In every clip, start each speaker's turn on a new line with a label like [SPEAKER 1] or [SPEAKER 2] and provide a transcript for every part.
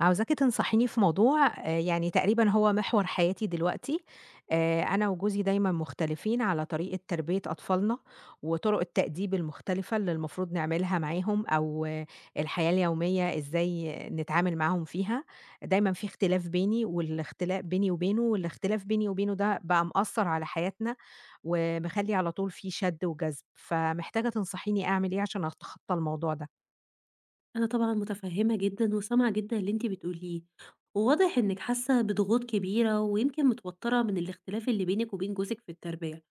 [SPEAKER 1] عاوزاكِ تنصحيني في موضوع يعني تقريبًا هو محور حياتي دلوقتي، أنا وجوزي دايمًا مختلفين على طريقة تربية أطفالنا، وطُرق التأديب المختلفة اللي المفروض نعملها معاهم أو آه، الحياة اليومية إزاي نتعامل معاهم فيها، دايمًا في اختلاف بيني وبينه، والاختلاف بيني وبينه ده بقى مأثّر على حياتنا، ومخلّي على طول في شَد وجذب، فمحتاجة تنصحيني أعمل إيه عشان أتخطى الموضوع ده؟
[SPEAKER 2] أنا طبعًا متفهمة جدًا وسامعة جدًا اللي أنتِ بتقوليه، وواضح إنِك حاسة بضغوط كبيرة ويمكن متوترة من الاختلاف اللي بينِك وبين جوزِك في التربية،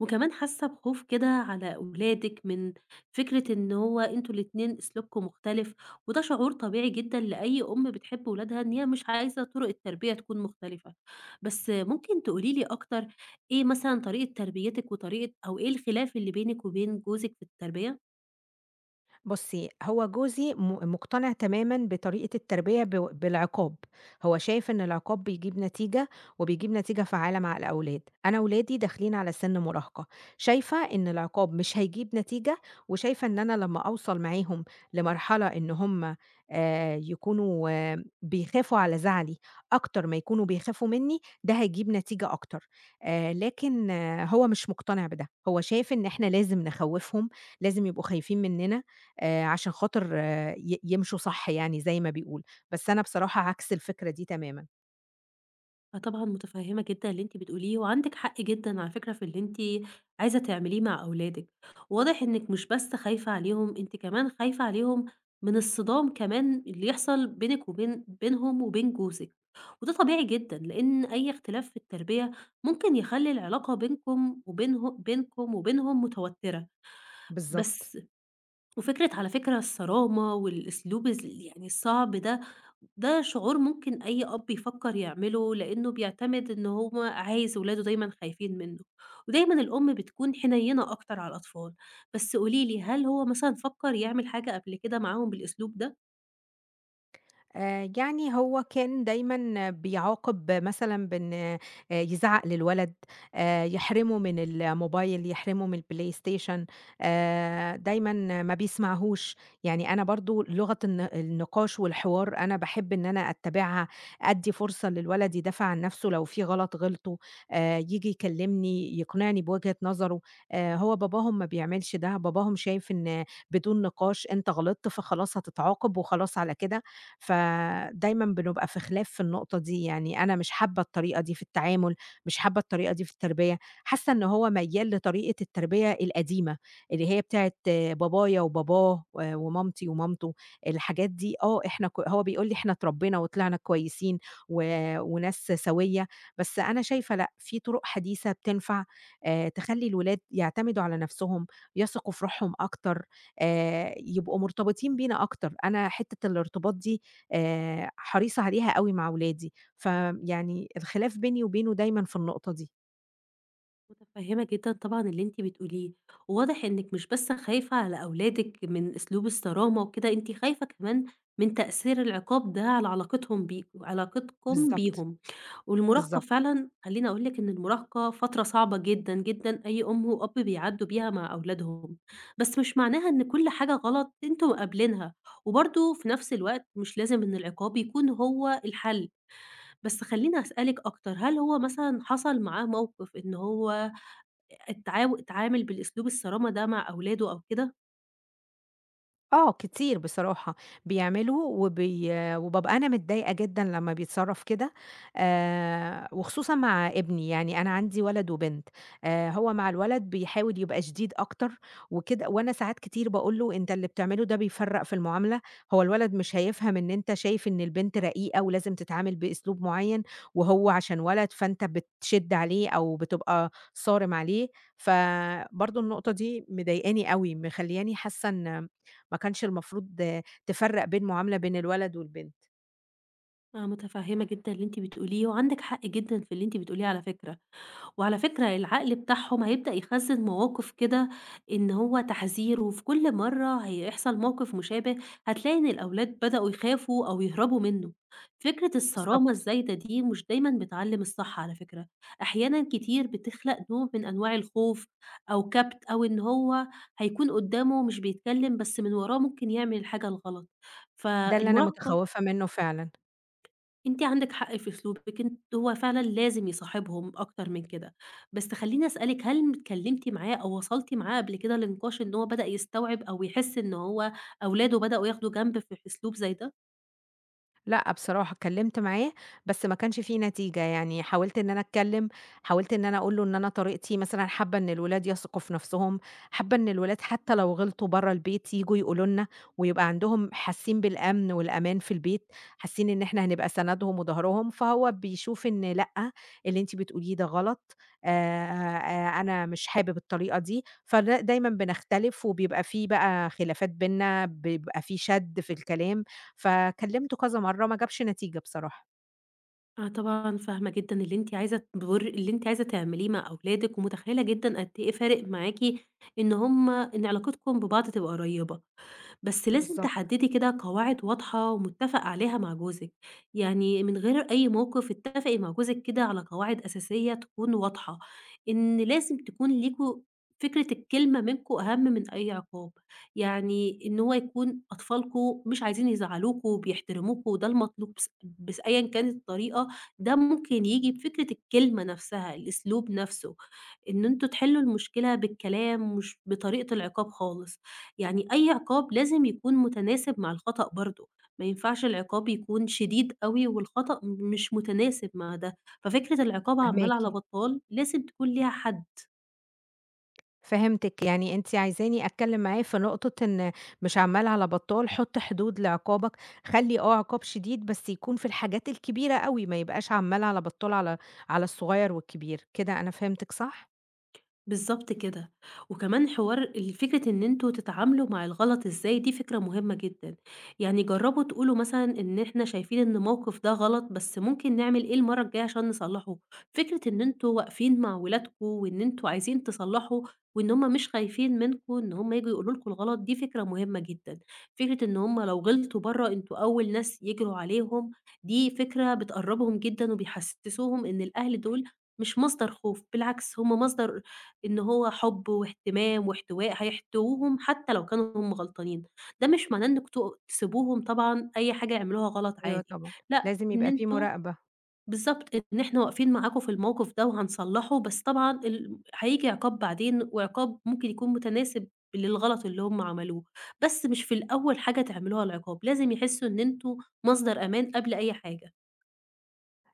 [SPEAKER 2] وكمان حاسة بخوف كده على أولادِك من فكرة إن هو أنتم الاتنين أسلوبكم مختلف، وده شعور طبيعي جدًا لأي أم بتحب ولادها إن هي مش عايزة طرق التربية تكون مختلفة. بس ممكن تقولي لي أكتر، إيه مثلًا طريقة تربيتِك وطريقة أو إيه الخلاف اللي بينِك وبين جوزِك في التربية؟
[SPEAKER 1] بُصّي، هو جوزي مقتنع تمامًا بطريقة التربية بالعقاب، هو شايف إن العقاب بيجيب نتيجة وبيجيب نتيجة فعّالة مع الأولاد، أنا ولادي داخلين على سِن مراهقة، شايفة إن العقاب مش هيجيب نتيجة وشايفة إن أنا لمّا أوصل معاهم لمرحلة إن هم يكونوا آه، بيخافوا على زعلي أكتر ما يكونوا بيخافوا منّي، ده هيجيب نتيجة أكتر، لكن آه، هو مش مقتنع بده، هو شايف إن إحنا لازم نخوّفهم، لازم يبقوا خايفين منّنا، عشان خاطر آه، يمشوا صح يعني زي ما بيقولوا، بس أنا بصراحة عكس الفكرة دي تمامًا.
[SPEAKER 2] آه، طبعًا متفهمة جدًا اللي أنتِ بتقوليه، وعندِك حق جدًا على فكرة في اللي أنتِ عايزة تعمليه مع أولادِك. واضح إنِك مش بس خايفة عليهم، أنتِ كمان خايفة عليهم من الصدام كمان اللي يحصل بينِك وبين بينهم وبين جوزِك، وده طبيعي جدًا، لإن أي اختلاف في التربية ممكن يخلّي العلاقة بينكم وبينهم متوترة.
[SPEAKER 1] بالضبط.
[SPEAKER 2] بس، على فكرة الصرامة والأسلوب يعني الصعب ده، ده شعور ممكن أي أب يفكّر يعمله، لإنه بيعتمد إن هو عايز ولاده دايمًا خايفين منه، ودايمًا الأم بتكون حنيّنة أكتر على الأطفال. بس قولي لي، هل هو مثلًا فكّر يعمل حاجة قبل كده معاهم بالأسلوب ده؟
[SPEAKER 1] يعني هو كان دايمًا بيعاقب مثلًا بإن يزعّق للولد، يحرمه من الموبايل، يحرمه من الPlayStation، دايمًا ما بيسمعهوش، يعني أنا برضه لغة النقاش والحوار أنا باحب إن أنا أتّبعها، أدّي فرصة للولد يدافع عن نَفْسه لو في غلطه، ييجي يكلّمني يقنعني بوجهة نظره، هو باباهم ما بيعملش ده، باباهم شايف إن بدون نقاش أنت غلطت فخلاص هتتعاقب وخلاص على كده. فدايمًا بنبقى في خلاف في النقطة دي، يعني أنا مش حابة الطريقة دي في التعامل، مش حابة الطريقة دي في التربية، حاسة إن هو ميّال لطريقة التربية القديمة، اللي هي بتاعة بابايا وباباه ومامتي ومامته، الحاجات دي آه إحنا هو بيقول لي إحنا اتربينا وطلعنا كويسين و وناس سوية، بس أنا شايفة لأ، في طرق حديثة بتنفع، تخلّي الولاد يعتمدوا على نفسهم، يثقوا في روحهم أكتر، يبقوا مرتبطين بينا أكتر، أنا حتة الارتباط دي حريصة عليها أوي مع ولادي، فيعني الخلاف بيني وبينه دايمًا في النقطة دي.
[SPEAKER 2] متفهمة جدًا طبعًا اللي أنتِ بتقوليه، وواضح إنِّك مش بس خايفة على أولادِك من أسلوب الصرامة وكده، أنتِ خايفة كمان من تأثير العقاب ده على علاقتهم بيك علاقتكم
[SPEAKER 1] بالضبط،
[SPEAKER 2] بيهم. والمراهقة
[SPEAKER 1] بالضبط.
[SPEAKER 2] فعلًا خلّيني أقول لِك إن المراهقة فترة صعبة جدًا، جدًا أي أم وأب بيعدّوا بيها مع أولادهم. بس مش معناها إن كل حاجة غلط أنتم قابلينها، وبرضه في نفس الوقت مش لازم إن العقاب يكون هو الحل. بس خلّيني أسألِك أكتر، هل هو مثلًا حصل معاه موقف إن هو التعامل بالأسلوب الصرامة ده مع أولاده أو كده؟
[SPEAKER 1] آه، كتير بصراحة بيعملوا وبي وبابقى أنا متضايقة جدًا لمّا بيتصرّف كده، وخصوصًا مع ابني، يعني أنا عندي ولد وبنت، هو مع الولد بيحاول يبقى شديد أكتر وكده، وأنا ساعات كتير باقول له: "أنت اللي بتعمله ده بيفرّق في المعاملة، هو الولد مش هيفهم إن أنت شايف إن البنت رقيقة ولازم تتعامل بأسلوب معيّن، وهو عشان ولد فأنت بتشِد عليه أو بتبقى صارم عليه." فبرضه النقطة دي مضايقاني أوي، مخلّياني حاسة إن ما كانش المفروض تفرّق بين معاملة بين الولد والبنت.
[SPEAKER 2] أنا متفهمة جدًا اللي أنتِ بتقوليه، وعندِك حق جدًا في اللي أنتِ بتقوليه على فكرة. وعلى فكرة، العقل بتاعهم هيبدأ يخزّن مواقف كده، إن هو تحذير، وفي كل مرّة هيحصل موقف مشابه هتلاقي إن الأولاد بدأوا يخافوا أو يهربوا منه. فكرة الصرامة
[SPEAKER 1] بالضبط.
[SPEAKER 2] الزايدة دي مش دايمًا بتعلّم الصح على فكرة، أحيانًا كتير بتخلق نوع من أنواع الخوف أو كبت، أو إن هو هيكون قدّامه مش بيتكلم، بس من وراه ممكن يعمل الحاجة الغلط.
[SPEAKER 1] ده اللي أنا
[SPEAKER 2] فالمراهقة
[SPEAKER 1] متخوّفة منّه فعلًا.
[SPEAKER 2] عندِك حق في أسلوبِك، أنتِ هو فعلًا لازم يصاحبهم أكتر من كده. بس خلّيني أسألِك، هل اتكلمتِ معاه أو وصلتِ معاه قبل كده لنقاش إن هو بدأ يستوعب أو يحس إن هو أولاده بدأوا ياخدوا جنب في أسلوب زي ده؟
[SPEAKER 1] لأ، بصراحة اتكلمت معاه، بس ما كانش في نتيجة، يعني حاولت إن أنا أتكلم، حاولت إن أنا أقول له إن أنا طريقتي مثلًا حابة إن الولاد يثقوا في نفسهم، حابة إن الولاد حتى لو غلطوا برّه البيت ييجوا يقولوا لنا، ويبقى عندهم حاسين بالأمن والأمان في البيت، حاسين إن إحنا هنبقى سندهم وضهرهم، فهو بيشوف إن لأ، اللي أنتِ بتقوليه ده غلط، آآ، أنا مش حابب الطريقة دي، دايمًا بنختلف، وبيبقى في خلافات بيننا، بيبقى في شَد في الكلام. فكلّمته كذا مرّة ما جابش نتيجة بصراحة.
[SPEAKER 2] أنا طبعًا فاهمة جدًا اللي أنتِ عايزة تعمليه مع أولادِك، ومتخيلة جدًا قد إيه فارق معاكِ إن علاقتكم ببعض تبقى قريبة. بس لازم
[SPEAKER 1] بالضبط،
[SPEAKER 2] تحددي كده قواعد واضحة ومتفق عليها مع جوزِك، يعني من غير أي موقف اتفقي مع جوزِك كده على قواعد أساسية تكون واضحة، إن لازم تكون ليكم فكرة الكلمة منكم أهم من أي عقاب، يعني إن هو يكون أطفالكم مش عايزين يزعلوكم وبيحترموكم، وده المطلوب. بس أيًا كانت الطريقة، ده ممكن ييجي بفكرة الكلمة نفسها، الأسلوب نفسه، إن أنتم تحلّوا المشكلة بالكلام مش بطريقة العقاب خالص. يعني أي عقاب لازم يكون متناسب مع الخطأ برضه، ما ينفعش العقاب يكون شديد أوي والخطأ مش متناسب مع ده، ففكرة العقاب عمّال
[SPEAKER 1] فاهماكِ.
[SPEAKER 2] على بطّال لازم تكون ليها حد.
[SPEAKER 1] فهمتِك، يعني أنتِ عايزاني أتكلّم معاه في نقطة إن مش عَمّال على بطّال، حُط حدود لعقابك، خلّي آه عقاب شديد بس يكون في الحاجات الكبيرة أوي، ما يبقاش عَمّال على بطّال على الصغيّر والكبير، كده أنا فهمتِك صح؟
[SPEAKER 2] بالضبط كده. وكمان حوار ال فكرة إن أنتم تتعاملوا مع الغلط إزاي دي فكرة مهمة جدًا. يعني جرّبوا تقولوا مثلًا إن إحنا شايفين إن الموقف ده غلط، بس ممكن نعمل إيه المرّة الجاية عشان نصلّحه. فكرة إن أنتم واقفين مع ولادكم وإن أنتم عايزين تصلّحوا، وإن هُم مش خايفين منكم إن هُم ييجوا يقولوا لكم الغلط، دي فكرة مهمة جدًا. فكرة إن هُم لو غلطوا برّه أنتم أول ناس يجروا عليهم، دي فكرة بتقرّبهم جدًا، وبيحسّسوهم إن الأهل دول مش مصدر خوف، بالعكس هُم مصدر إن هو حُب واهتمام واحتواء، هيحتووهم حتى لو كانوا هم غلطانين. ده مش معناه إنّكم تسيبوهم طبعًا أي حاجة يعملوها غلط
[SPEAKER 1] أيوه
[SPEAKER 2] عادي.
[SPEAKER 1] طبعًا.
[SPEAKER 2] لأ،
[SPEAKER 1] لازم
[SPEAKER 2] إن
[SPEAKER 1] يبقى في
[SPEAKER 2] أنتم.
[SPEAKER 1] مراقبة.
[SPEAKER 2] بالضبط، إن إحنا واقفين معاكم في الموقف ده وهنصلّحه، بس طبعًا هييجي عقاب بعدين، وعقاب ممكن يكون متناسب للغلط اللي هم عملوه، بس مش في الأول حاجة تعملوها العقاب، لازم يحسّوا إن أنتم مصدر أمان قبل أي حاجة.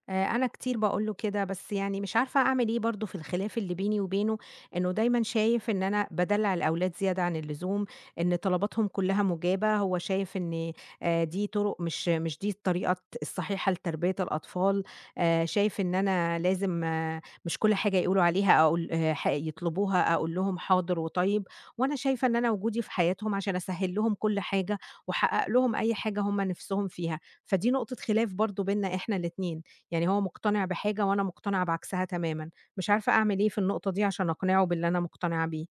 [SPEAKER 1] أنا كتير باقول له كده، بس يعني مش عارفة أعمل إيه برضه في الخلاف اللي بيني وبينه، إنه دايمًا شايف إن أنا بادلّع الأولاد زيادة عن اللزوم، إن طلباتهم كلّها مُجابة، هو شايف إن دي طُرق مش دي الطريقة الصحيحة لتربية الأطفال، شايف إن أنا لازم آه، مش كل حاجة يقولوا عليها أقول آه، يطلبوها أقول لهم حاضر وطيب، وأنا شايفة إن أنا وجودي في حياتهم عشان أسهّل لهم كل حاجة، وأحقق لهم أي حاجة هُم نِفْسهم فيها، فدي نقطة خلاف برضه بيننا إحنا الاتنين. يعني هو مقتنع بحاجة وأنا مقتنعة بعكسها تمامًا، مش عارفة أعمل إيه في النقطة دي عشان أقنعه باللي أنا مقتنعة بيه.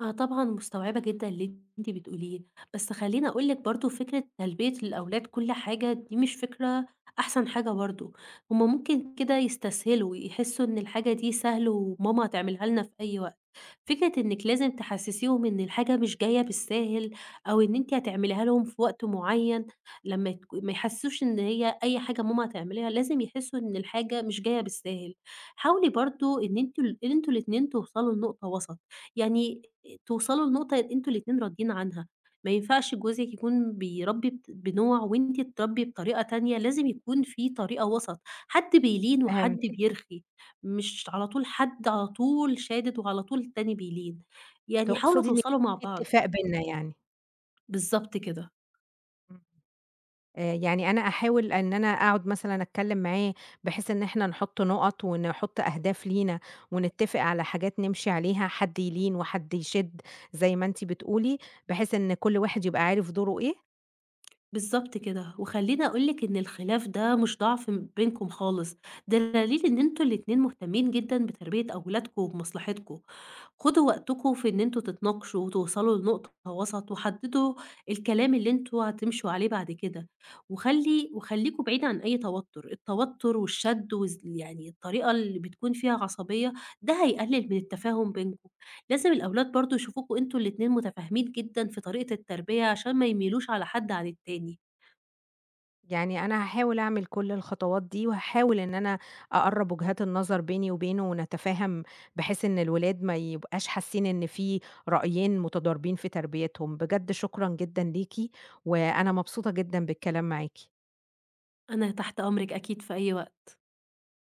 [SPEAKER 2] آه، طبعًا مستوعبة جدًا اللي أنتِ بتقوليه، بس خلّيني أقول لِك برضه فكرة تلبية للأولاد كل حاجة دي مش فكرة أحسن حاجة برضه، هُم ممكن كده يستسهلوا، يحسوا إن الحاجة دي سهل وماما هتعملها لنا في أي وقت. فكرة إنِّك لازم تحسّسيهم إن الحاجة مش جاية بالساهل، أو إن أنتِ هتعمليها لهم في وقت معيّن. لمّا ما يحسّسوش إن هي أي حاجة ماما هتعمليها، لازم يحسّوا إن الحاجة مش جاية بالساهل. حاولي برضه إن أنتم الاتنين توصلوا لنقطة وسط، يعني توصلوا لنقطة أنتم الاتنين راضيين عنها. ما ينفعش جوزِك يكون بيربّي بنوع وأنتِ تربّي بطريقة تانية، لازم يكون في طريقة وسط، حد بيلين وحد
[SPEAKER 1] فهمتِك.
[SPEAKER 2] بيرخي. مش على طول حد على طول شادد وعلى طول التاني بيلين، يعني حاولوا
[SPEAKER 1] تقصدي إن
[SPEAKER 2] توصلوا مع
[SPEAKER 1] في
[SPEAKER 2] بعض.
[SPEAKER 1] اتفاق بيننا يعني.
[SPEAKER 2] بالضبط كده.
[SPEAKER 1] إمم. يعني أنا أحاول إن أنا أقعد مثلًا أتكلم معاه بحيث إن إحنا نحط نُقط ونحط أهداف لينا، ونتفق على حاجات نمشي عليها، حد يلين وحد يشِد زي ما أنتِ بتقولي، بحيث إن كل واحد يبقى عارف دوره إيه؟
[SPEAKER 2] بالضبط كده، وخلّيني أقول لِك إن الخلاف ده مش ضعف بينكم خالص، ده دليل إن أنتم الاتنين مهتمين جدًا بتربية أولادكم وبمصلحتكم. خدوا وقتكم في إن أنتم تتناقشوا وتوصلوا لنقطة وسط، وحددوا الكلام اللي أنتم هتمشوا عليه بعد كده. وخليكم بعيد عن أي توتر، التوتر والشد يعني الطريقة اللي بتكون فيها عصبية، ده هيقلل من التفاهم بينكم، لازم الأولاد برضه يشوفوكم أنتم الاتنين متفاهمين جدًا في طريقة التربية عشان ما يميلوش على حد عن التاني.
[SPEAKER 1] يعني أنا هاحاول أعمل كل الخطوات دي، وهاحاول إن أنا أقرّب وجهات النظر بيني وبينه، ونتفاهم بحيث إن الولاد ما يبقاش حاسين إن في رأيين متضاربين في تربيتهم. بجد شكرًا جدًا ليكِ، وأنا مبسوطة جدًا بالكلام معاكِ.
[SPEAKER 2] أنا تحت أمرِك أكيد في أي وقت.